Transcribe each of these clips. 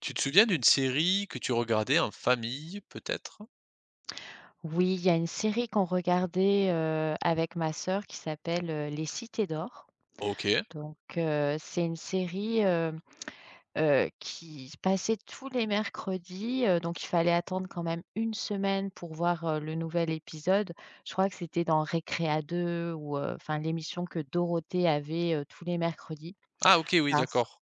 Tu te souviens d'une série que tu regardais en famille, peut-être? Oui, il y a une série qu'on regardait, avec ma sœur qui s'appelle, Les Cités d'or. OK. Donc, c'est une série, qui se passait tous les mercredis, donc il fallait attendre quand même une semaine pour voir, le nouvel épisode. Je crois que c'était dans Récréa 2 ou, enfin l'émission que Dorothée avait, tous les mercredis. Ah OK, oui, Parce d'accord.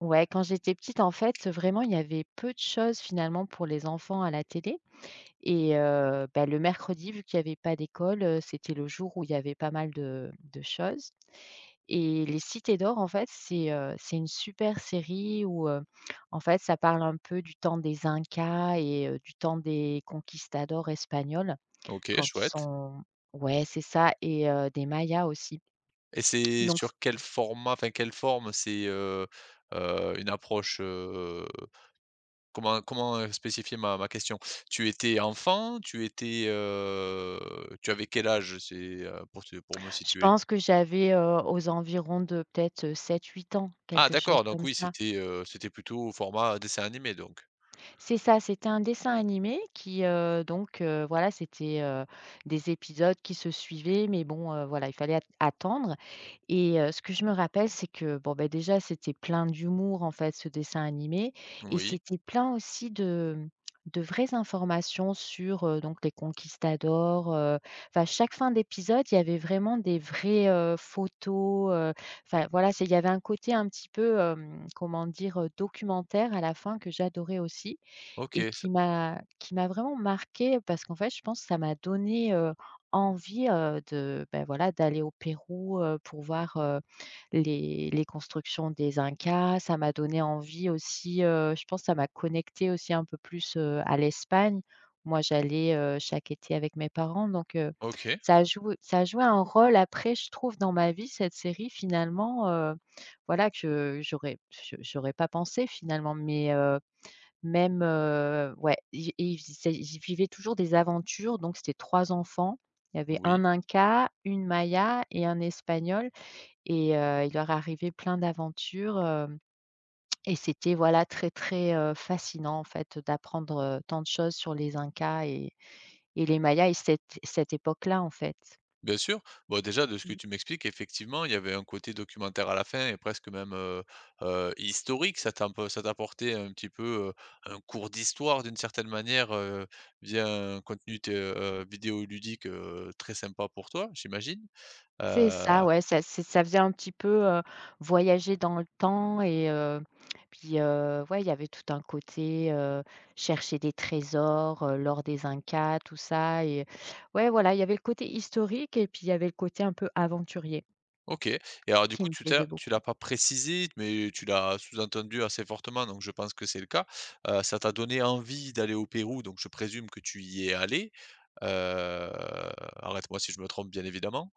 Ouais, quand j'étais petite, en fait, vraiment, il y avait peu de choses finalement pour les enfants à la télé. Et bah, le mercredi, vu qu'il y avait pas d'école, c'était le jour où il y avait pas mal de choses. Et Les Cités d'or, en fait, c'est une super série où, en fait, ça parle un peu du temps des Incas et du temps des conquistadors espagnols OK, quand ils chouette. sont ouais, c'est ça et des Mayas aussi. Et c'est Donc sur quel format, enfin quelle forme? Une approche, comment spécifier ma question? Tu étais enfant? Tu avais quel âge? Pour te pour me je situer. pense que j'avais, aux environs de peut-être, 7-8 ans, Ah quelque chose d'accord, donc comme oui, ça. C'était plutôt au format dessin animé donc? C'est ça, c'était un dessin animé qui, voilà, c'était, des épisodes qui se suivaient, mais bon, voilà, il fallait at attendre. Et ce que je me rappelle, c'est que, bon, ben déjà, c'était plein d'humour, en fait, ce dessin animé. Et Oui. c'était plein aussi de, de vraies informations sur, donc les conquistadors, enfin, chaque fin d'épisode, il y avait vraiment des vraies, photos, enfin, voilà, c'est il y avait un côté un petit peu, comment dire? Documentaire à la fin que j'adorais aussi. OK, Et ça qui m'a vraiment marquée parce qu'en fait, je pense que ça m'a donné, envie, de, ben voilà, d'aller au Pérou, pour voir, les constructions des Incas. Ça m'a donné envie aussi, je pense que ça m'a connectée aussi un peu plus, à l'Espagne. Moi, j'allais, chaque été avec mes parents donc OK, ça a joué un rôle après, je trouve, dans ma vie, cette série finalement, voilà que j'aurais pas pensé finalement mais même, ouais, i et ils faisaient ils vivaient toujours des aventures. Donc c'était 3 enfants. Il y avait oui. un Inca, une Maya et un Espagnol. Et il leur arrivait plein d'aventures, hem et c'était, voilà, très, très, fascinant, en fait, d'apprendre, tant de choses sur les Incas et les Mayas et cette époque-là, en fait. Bien sûr. Bon, déjà, de ce que Mmh. tu m'expliques, effectivement, il y avait un côté documentaire à la fin et presque même historique. Ça t'apportait un petit peu euh, un cours d'histoire d'une certaine manière, via un contenu vidéoludique, très sympa pour toi, j'imagine. C'est Euh, ça, ouais, ça faisait un petit peu, voyager dans le temps et puis, ouais, il y avait tout un côté, chercher des trésors, l'or des Incas, tout ça. Et ouais, voilà, il y avait le côté historique et puis il y avait le côté un peu aventurier OK. Et alors, du qui coup, me plaisait tu beaucoup. l'as pas précisé, mais tu l'as sous-entendu assez fortement, donc je pense que c'est le cas. Ça t'a donné envie d'aller au Pérou, donc je présume que tu y es allé. Euh, arrête-moi si je me trompe, bien évidemment.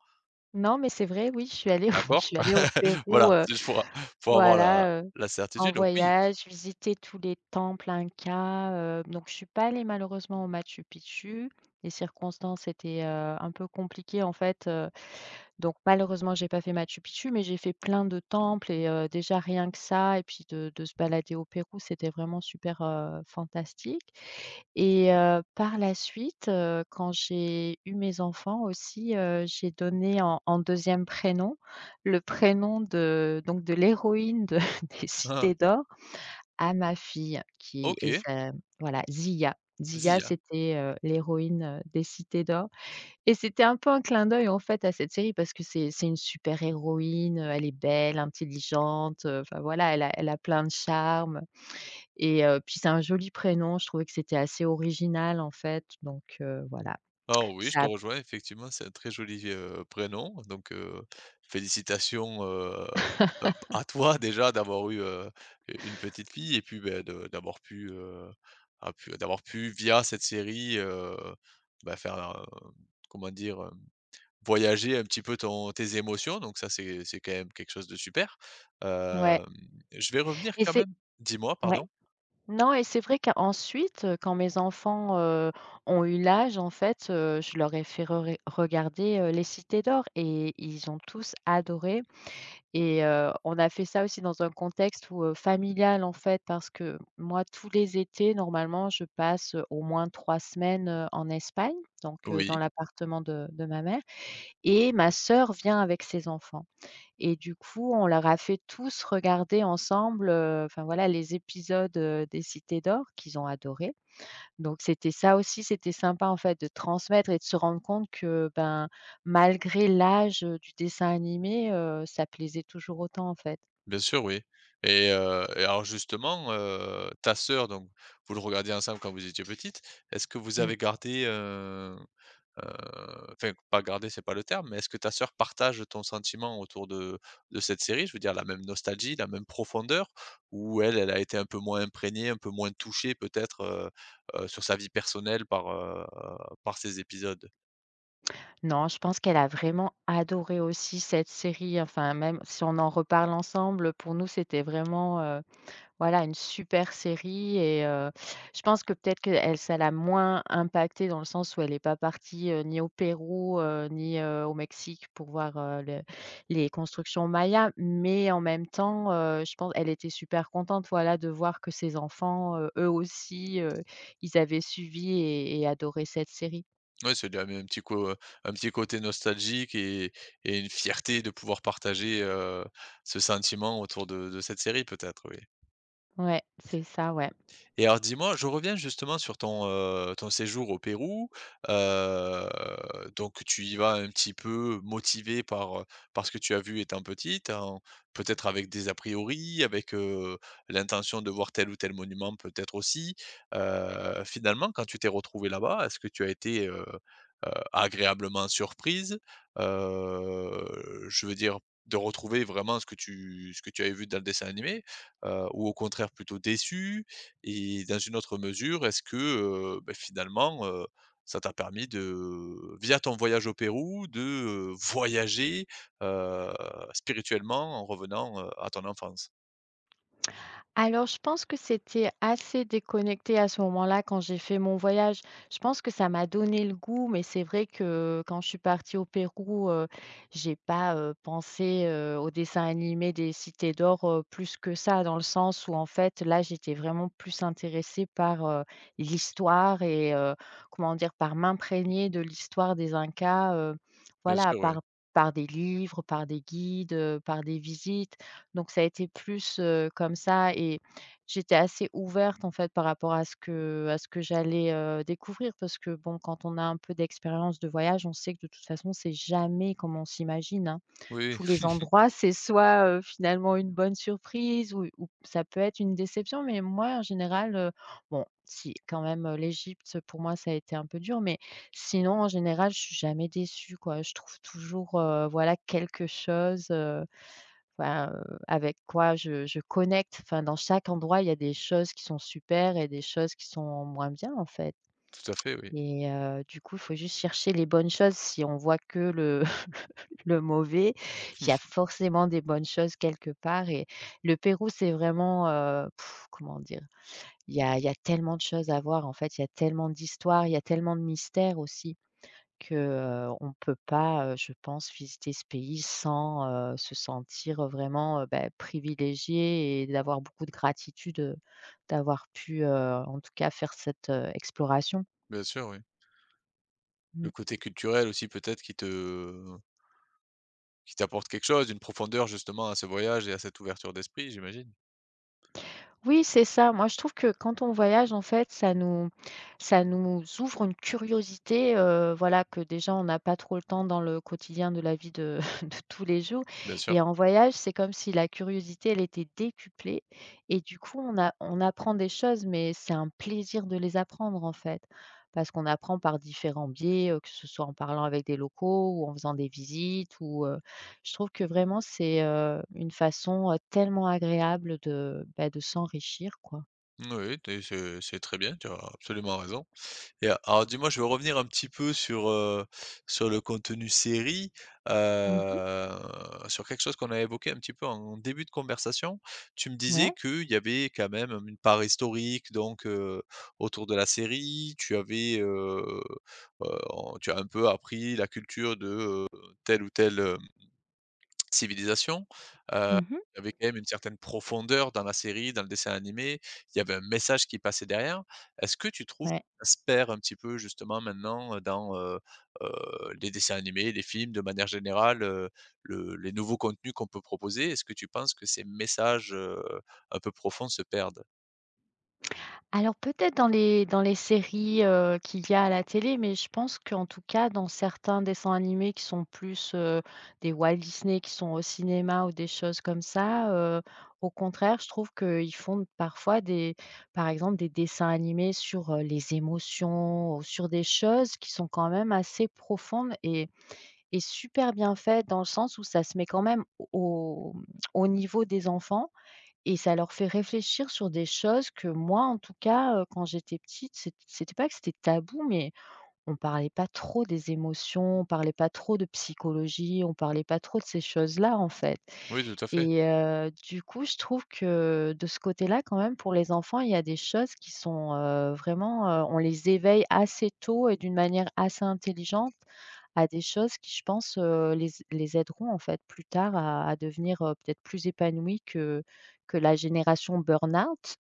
Non, mais c'est vrai, oui, je suis allée au je D'accord, suis allée au voilà, Pérou, c'est juste pour avoir la voilà, la en certitude, donc oui, voyage, visiter tous les temples Incas, donc je suis pas allée malheureusement au Machu Picchu. Les circonstances étaient, un peu compliquées en fait. Donc malheureusement, j'ai pas fait Machu Picchu, mais j'ai fait plein de temples. Et déjà rien que ça et puis de se balader au Pérou, c'était vraiment super, fantastique. Et par la suite, quand j'ai eu mes enfants aussi, j'ai donné en 2e prénom, le prénom de donc de l'héroïne de des hein, Cités d'or à ma fille qui est OK, ça voilà, Zia. Zia, Zia. c'était, l'héroïne, des Cités d'or. Et c'était un peu un clin d'œil, en fait, à cette série parce que c'est une super héroïne, elle est belle, intelligente, enfin voilà, elle a plein de charme. Et puis c'est un joli prénom. Je trouvais que c'était assez original, en fait, donc voilà. Alors oui, je te Ça rejoins effectivement, c'est un très joli, prénom, donc félicitations, à toi, déjà d'avoir eu, une petite fille et puis, beh, de d'avoir pu, a pu d'avoir pu via cette série, faire, comment dire? Voyager un petit peu ton tes émotions, donc ça, c'est quand même quelque chose de super. Hem, ouais je vais revenir et quand c'est même, dis-moi, ouais. pardon? Non. Et c'est vrai qu'ensuite, quand mes enfants, ont eu l'âge, en fait, je leur ai fait re regarder, Les Cités d'or. Et ils ont tous adoré. Et on a fait ça aussi dans un contexte où, familial en fait, parce que moi tous les étés normalement je passe, au moins 3 semaines, en Espagne, donc dans Oui, l'appartement de ma mère. Et ma sœur vient avec ses enfants. Et du coup, on leur a fait tous regarder ensemble, enfin voilà les épisodes, des Cités d'or qu'ils ont adoré. Donc c'était ça aussi, c'était sympa en fait de transmettre et de se rendre compte que, ben, malgré l'âge, du dessin animé, ça plaisait toujours autant en fait. bien sûr, et alors justement, ta sœur, donc vous le regardiez ensemble quand vous étiez petite. Est-ce que vous Mmh. avez gardé, enfin pas garder, c'est pas le terme, mais est-ce que ta sœur partage ton sentiment autour de cette série? Je veux dire la même nostalgie, la même profondeur? Ou elle, elle a été un peu moins imprégnée, un peu moins touchée peut-être, sur sa vie personnelle par, par ces épisodes? Non, je pense qu'elle a vraiment adoré aussi cette série. Enfin, même si on en reparle ensemble, pour nous, c'était vraiment, voilà, une super série. Et je pense que peut-être qu'elle ça l'a moins impactée dans le sens où elle n'est pas partie, ni au Pérou, ni, au Mexique pour voir, le les constructions mayas. Mais en même temps, je pense elle était super contente, voilà, de voir que ses enfants, eux aussi, ils avaient suivi et adoré cette série. Oui, c'est lui a mis un petit côté nostalgique et une fierté de pouvoir partager, ce sentiment autour de cette série peut-être, oui. Ouais, c'est ça, ouais. Et alors dis-moi, je reviens justement sur ton séjour au Pérou. Heu, donc tu y vas un petit peu motivé par, par ce que tu as vu étant petite, en peut-être avec des a priori, l'intention de voir tel ou tel monument peut-être aussi. Finalement, quand tu t'es retrouvée là-bas, est-ce que tu as été, agréablement surprise? Je veux dire, de retrouver vraiment ce que tu avais vu dans le dessin animé, ou au contraire plutôt déçu, et dans une autre mesure, est-ce que, heu, beh, finalement, heu, ça t'a permis, de via ton voyage au Pérou, de voyager, heu, spirituellement en revenant, à ton enfance? Alors, je pense que c'était assez déconnecté à ce moment-là quand j'ai fait mon voyage. Je pense que ça m'a donné le goût, mais c'est vrai que quand je suis partie au Pérou, j'ai pas, pensé, aux dessins animés des Cités d'or, plus que ça, dans le sens où, en fait, là, j'étais vraiment plus intéressée par, l'histoire et comment dire? Par m'imprégner de l'histoire des Incas, Bien voilà, sûr, oui. par des livres, par des guides, par des visites. Donc ça a été plus, comme ça. Et j'étais assez ouverte, en fait, par rapport à ce que j'allais, découvrir parce que bon, quand on a un peu d'expérience de voyage, on sait que de toute façon, c'est jamais comme on s'imagine, hein. Oui, Tous les oui, endroits, c'est soit, finalement une bonne surprise ou ça peut être une déception, mais moi, en général, bon, si quand même, l'Égypte, pour moi, ça a été un peu dur, mais sinon, en général, je suis jamais déçue, quoi. Je trouve toujours, voilà, quelque chose. Enfin, avec quoi je connecte. Enfin, dans chaque endroit, il y a des choses qui sont super et des choses qui sont moins bien, en fait. tout à fait, oui. Et du coup, il faut juste chercher les bonnes choses. Si on voit que le le mauvais, il y a forcément des bonnes choses quelque part. Et le Pérou, c'est vraiment, comment dire? Il y a tellement de choses à voir, en fait. Il y a tellement d'histoires, il y a tellement de mystères aussi. Que, on peut pas, je pense, visiter ce pays sans, se sentir, vraiment, bah, privilégié et d'avoir beaucoup de gratitude, d'avoir pu, en tout cas faire cette, exploration. Bien sûr, oui. Mmh. Le côté culturel aussi peut-être qui te qui t'apporte quelque chose, une profondeur justement à ce voyage et à cette ouverture d'esprit, j'imagine? Mmh. Oui, c'est ça. Moi, je trouve que quand on voyage, en fait, ça nous ouvre une curiosité, voilà, que déjà on n'a pas trop le temps dans le quotidien de la vie de de tous les jours. Bien sûr. Et en voyage, c'est comme si la curiosité, elle était décuplée. Et du coup, on apprend des choses, mais c'est un plaisir de les apprendre, en fait. Parce qu'on apprend par différents biais, que ce soit en parlant avec des locaux ou en faisant des visites ou je trouve que vraiment c'est, une façon, tellement agréable de, bah, de s'enrichir quoi. Oui, tu c'est très bien, tu as absolument raison, et alors dis-moi, je veux revenir un petit peu sur, sur le contenu série, Mmh. heu, sur quelque chose qu'on a évoqué un petit peu en début de conversation. Tu me disais Ouais. qu'il y avait quand même une part historique donc autour de la série, tu avais, on tu as un peu appris la culture de, telle ou tel civilisation, heu, Mmh. il y avait quand même une certaine profondeur dans la série, dans le dessin animé, il y avait un message qui passait derrière. Est-ce que tu trouves que Ouais. ça se perd un petit peu justement maintenant, dans les dessins animés, les films, de manière générale, le les nouveaux contenus qu'on peut proposer? Est-ce que tu penses que ces messages, un peu profonds se perdent? Alors peut-être dans les séries, qu'il y a à la télé, mais je pense qu'en tout cas dans certains dessins animés qui sont plus, des Walt Disney qui sont au cinéma ou des choses comme ça, heu, au contraire je trouve qu'ils font parfois des par exemple des dessins animés sur, les émotions ou sur des choses qui sont quand même assez profondes et est super bien fait dans le sens où ça se met quand même au niveau des enfants et ça leur fait réfléchir sur des choses que moi, en tout cas, quand j'étais petite, c'était pas que c'était tabou, mais on parlait pas trop des émotions, on parlait pas trop de psychologie, on parlait pas trop de ces choses-là, en fait. Oui, tout à fait. Et du coup, je trouve que de ce côté-là, quand même, pour les enfants, il y a des choses qui sont, vraiment, on les éveille assez tôt et d'une manière assez intelligente à des choses qui, je pense, les aideront, en fait, plus tard à devenir, peut-être plus épanouis que la génération burn-out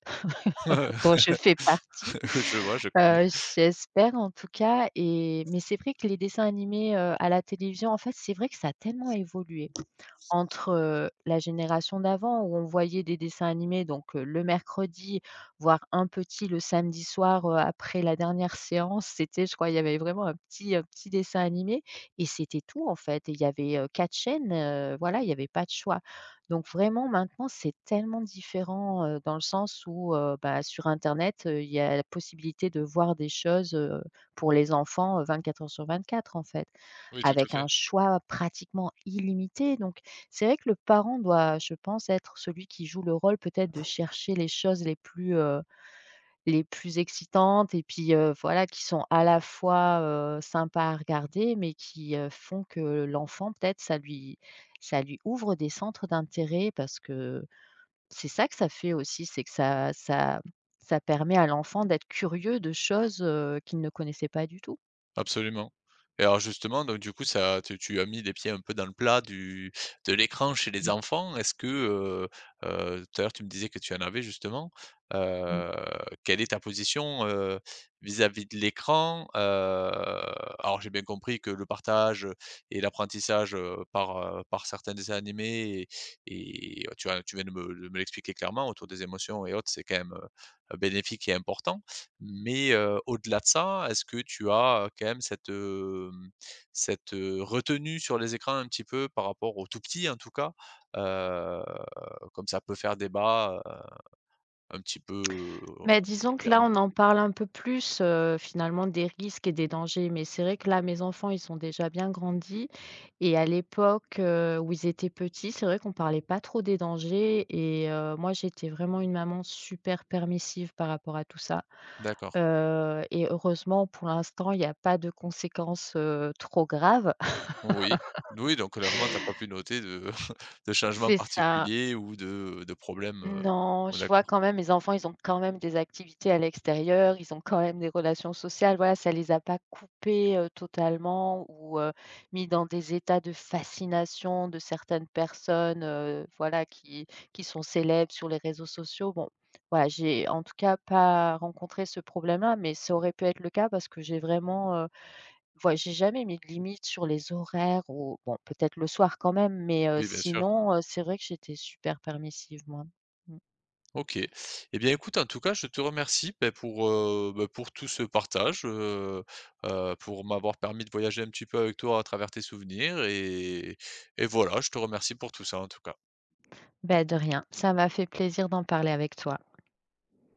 dont je fais partie. Je vois, je connais. Heu, J'espère, en tout cas. Et mais c'est vrai que les dessins animés, à la télévision, en fait, c'est vrai que ça a tellement évolué entre, la génération d'avant où on voyait des dessins animés donc, le mercredi, voire un petit le samedi soir, après la dernière séance. C'était je crois il y avait vraiment un petit dessin animé et c'était tout en fait et il y avait, 4 chaînes, voilà, il y avait pas de choix. Donc vraiment maintenant c'est tellement différent, dans le sens où, bah, sur internet, il y a la possibilité de voir des choses, pour les enfants, 24 heures sur 24 en fait. Oui, tout à Avec fait. un choix pratiquement illimité, donc c'est vrai que le parent doit, je pense, être celui qui joue le rôle peut-être de chercher les choses les plus excitantes. Et puis, voilà, qui sont à la fois, sympas à regarder, mais qui, font que l'enfant peut-être ça lui ouvre des centres d'intérêt parce que c'est ça que ça fait aussi, c'est que ça permet à l'enfant d'être curieux de choses, qu'il ne connaissait pas du tout. Absolument. Et alors justement, donc du coup, ça tu tu as mis les pieds un peu dans le plat du de l'écran chez les enfants. Est-ce que, tout à l'heure tu me disais que tu en avais justement, heu, quelle est ta position, vis-à-vis de l'écran? Alors j'ai bien compris que le partage, et l'apprentissage, par certains dessins animés et tu as tu viens de me l'expliquer clairement autour des émotions et autres, c'est quand même, bénéfique et important. Mais, au-delà de ça, est-ce que tu as, quand même cette, retenue sur les écrans un petit peu par rapport aux tout petits en tout cas? Heu, comme ça peut faire débat, un petit peu, heu, Mais disons que là, régulièrement. on en parle un peu plus, finalement des risques et des dangers, mais c'est vrai que là, mes enfants, ils sont déjà bien grandis. Et à l'époque, où ils étaient petits, c'est vrai qu'on parlait pas trop des dangers. Et moi, j'étais vraiment une maman super permissive par rapport à tout ça. D'accord. Et heureusement, pour l'instant, il n'y a pas de conséquences, trop graves. Oui. Oui, donc clairement, t'as pas pu noter de de changement C'est ça. particulier ou de problème, heu? Non, Ouais, je vois d'accord. quand même mes enfants, ils ont quand même des activités à l'extérieur, ils ont quand même des relations sociales. Voilà, ça les a pas coupés, totalement ou, mis dans des états de fascination de certaines personnes, voilà, qui sont célèbres sur les réseaux sociaux. Bon, voilà, j'ai en tout cas pas rencontré ce problème-là, mais ça aurait pu être le cas parce que j'ai vraiment, voi j'ai jamais mis de limite sur les horaires ou bon, peut-être le soir quand même, mais, Oui, bien sûr. sinon, c'est vrai que j'étais super permissive, moi. Mmh. OK. Eh bien, écoute, en tout cas, je te remercie, beh, pour, pour tout ce partage, pour m'avoir permis de voyager un petit peu avec toi à travers tes souvenirs et voilà, je te remercie pour tout ça, en tout cas. Ben de rien, ça m'a fait plaisir d'en parler avec toi.